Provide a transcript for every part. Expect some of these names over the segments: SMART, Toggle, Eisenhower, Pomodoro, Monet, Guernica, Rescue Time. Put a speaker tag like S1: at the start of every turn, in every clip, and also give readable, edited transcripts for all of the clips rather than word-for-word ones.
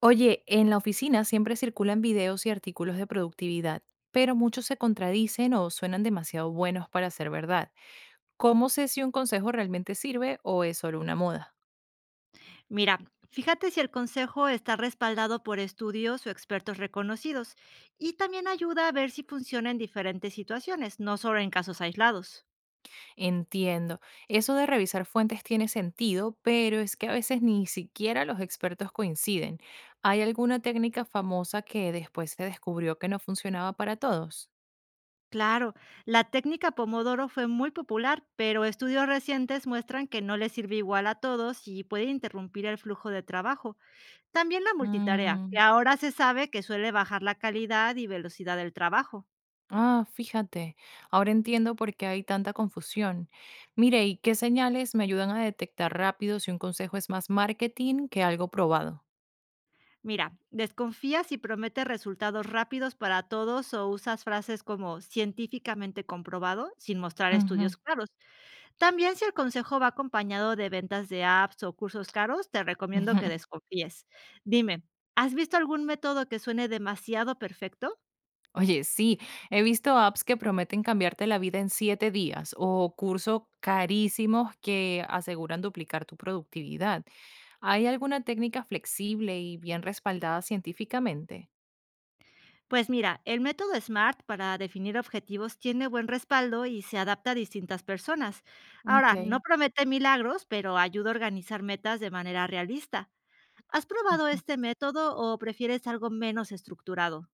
S1: Oye, en la oficina siempre circulan videos y artículos de productividad, pero muchos se contradicen o suenan demasiado buenos para ser verdad. ¿Cómo sé si un consejo realmente sirve o es solo una moda?
S2: Mira, fíjate si el consejo está respaldado por estudios o expertos reconocidos y también ayuda a ver si funciona en diferentes situaciones, no solo en casos aislados.
S1: Entiendo, eso de revisar fuentes tiene sentido, pero es que a veces ni siquiera los expertos coinciden. ¿Hay alguna técnica famosa que después se descubrió que no funcionaba para todos?
S2: Claro, la técnica Pomodoro fue muy popular, pero estudios recientes muestran que no le sirve igual a todos y puede interrumpir el flujo de trabajo. También la multitarea,
S1: Mm.
S2: que ahora se sabe que suele bajar la calidad y velocidad del trabajo.
S1: Ah, fíjate, ahora entiendo por qué hay tanta confusión. Mire, ¿y qué señales me ayudan a detectar rápido si un consejo es más marketing que algo probado?
S2: Mira, desconfía si prometes resultados rápidos para todos o usas frases como científicamente comprobado sin mostrar
S1: Ujú,
S2: estudios claros. También si el consejo va acompañado de ventas de apps o cursos caros, te recomiendo que
S1: ujú.
S2: desconfíes. Dime, ¿has visto algún método que suene demasiado perfecto?
S1: Oye, sí, he visto apps que prometen cambiarte la vida en 7 días o cursos carísimos que aseguran duplicar tu productividad. ¿Hay alguna técnica flexible y bien respaldada científicamente?
S2: Pues mira, el método SMART para definir objetivos tiene buen respaldo y se adapta a distintas personas.
S1: Ok.
S2: Ahora, no promete milagros, pero ayuda a organizar metas de manera realista. ¿Has probado este método o prefieres algo menos estructurado?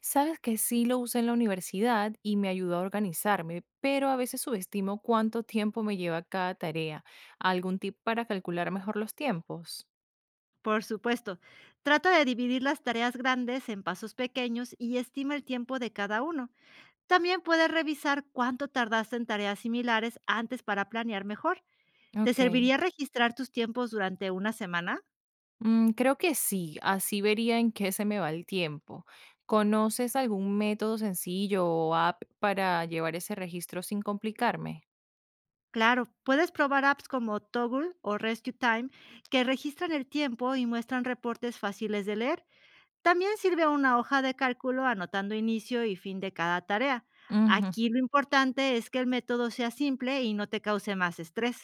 S1: Sabes que sí lo usé en la universidad y me ayudó a organizarme, pero a veces subestimo cuánto tiempo me lleva cada tarea. ¿Algún tip para calcular mejor los tiempos?
S2: Por supuesto, trata de dividir las tareas grandes en pasos pequeños y estima el tiempo de cada uno. También puedes revisar cuánto tardaste en tareas similares antes para planear mejor. ¿Te
S1: Ok.
S2: serviría registrar tus tiempos durante una semana?
S1: Mm, creo que sí, así vería en qué se me va el tiempo. ¿Conoces algún método sencillo o app para llevar ese registro sin complicarme?
S2: Claro, puedes probar apps como Toggle o Rescue Time que registran el tiempo y muestran reportes fáciles de leer. También sirve una hoja de cálculo anotando inicio y fin de cada tarea.
S1: Ujú,
S2: Aquí lo importante es que el método sea simple y no te cause más estrés.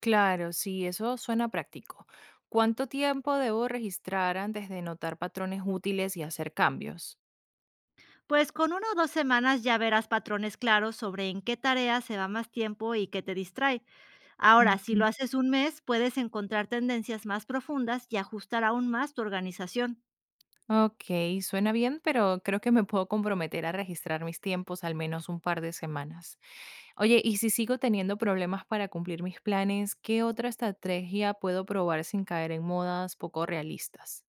S1: claro, sí, eso suena práctico. ¿Cuánto tiempo debo registrar antes de notar patrones útiles y hacer cambios?
S2: Pues con una o dos semanas ya verás patrones claros sobre en qué tarea se va más tiempo y qué te distrae. Ahora, si lo haces un mes, puedes encontrar tendencias más profundas y ajustar aún más tu organización.
S1: Ok, suena bien, pero creo que me puedo comprometer a registrar mis tiempos al menos un par de semanas. Oye, y si sigo teniendo problemas para cumplir mis planes, ¿qué otra estrategia puedo probar sin caer en modas poco realistas?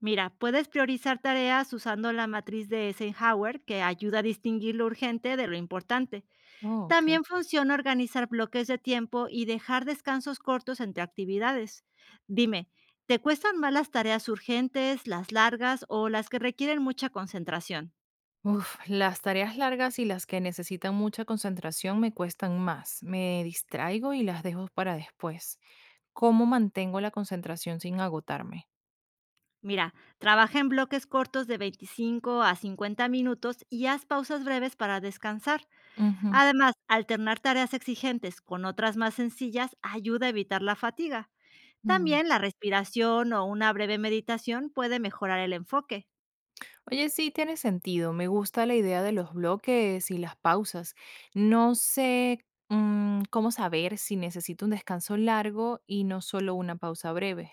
S2: Mira, puedes priorizar tareas usando la matriz de Eisenhower que ayuda a distinguir lo urgente de lo importante.
S1: Oh, ok.
S2: También funciona organizar bloques de tiempo y dejar descansos cortos entre actividades. Dime, ¿te cuestan más las tareas urgentes, las largas o las que requieren mucha concentración?
S1: Uf, las tareas largas y las que necesitan mucha concentración me cuestan más. Me distraigo y las dejo para después. ¿Cómo mantengo la concentración sin agotarme?
S2: Mira, trabaja en bloques cortos de 25 a 50 minutos y haz pausas breves para descansar.
S1: Ujú.
S2: Además, alternar tareas exigentes con otras más sencillas ayuda a evitar la fatiga.
S1: Mm.
S2: También la respiración o una breve meditación puede mejorar el enfoque.
S1: Oye, sí, tiene sentido. Me gusta la idea de los bloques y las pausas. No sé, cómo saber si necesito un descanso largo y no solo una pausa breve.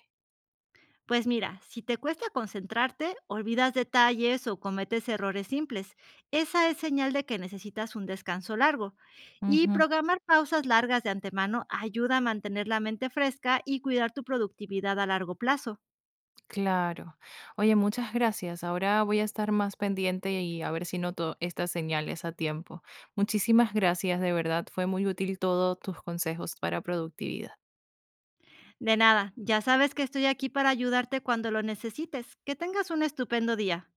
S2: Pues mira, si te cuesta concentrarte, olvidas detalles o cometes errores simples. Esa es señal de que necesitas un descanso largo. Y
S1: Ujú,
S2: programar pausas largas de antemano ayuda a mantener la mente fresca y cuidar tu productividad a largo plazo.
S1: claro. Oye, muchas gracias. Ahora voy a estar más pendiente y a ver si noto estas señales a tiempo. Muchísimas gracias, de verdad. Fue muy útil todos tus consejos para productividad.
S2: De nada, ya sabes que estoy aquí para ayudarte cuando lo necesites. Que tengas un estupendo día.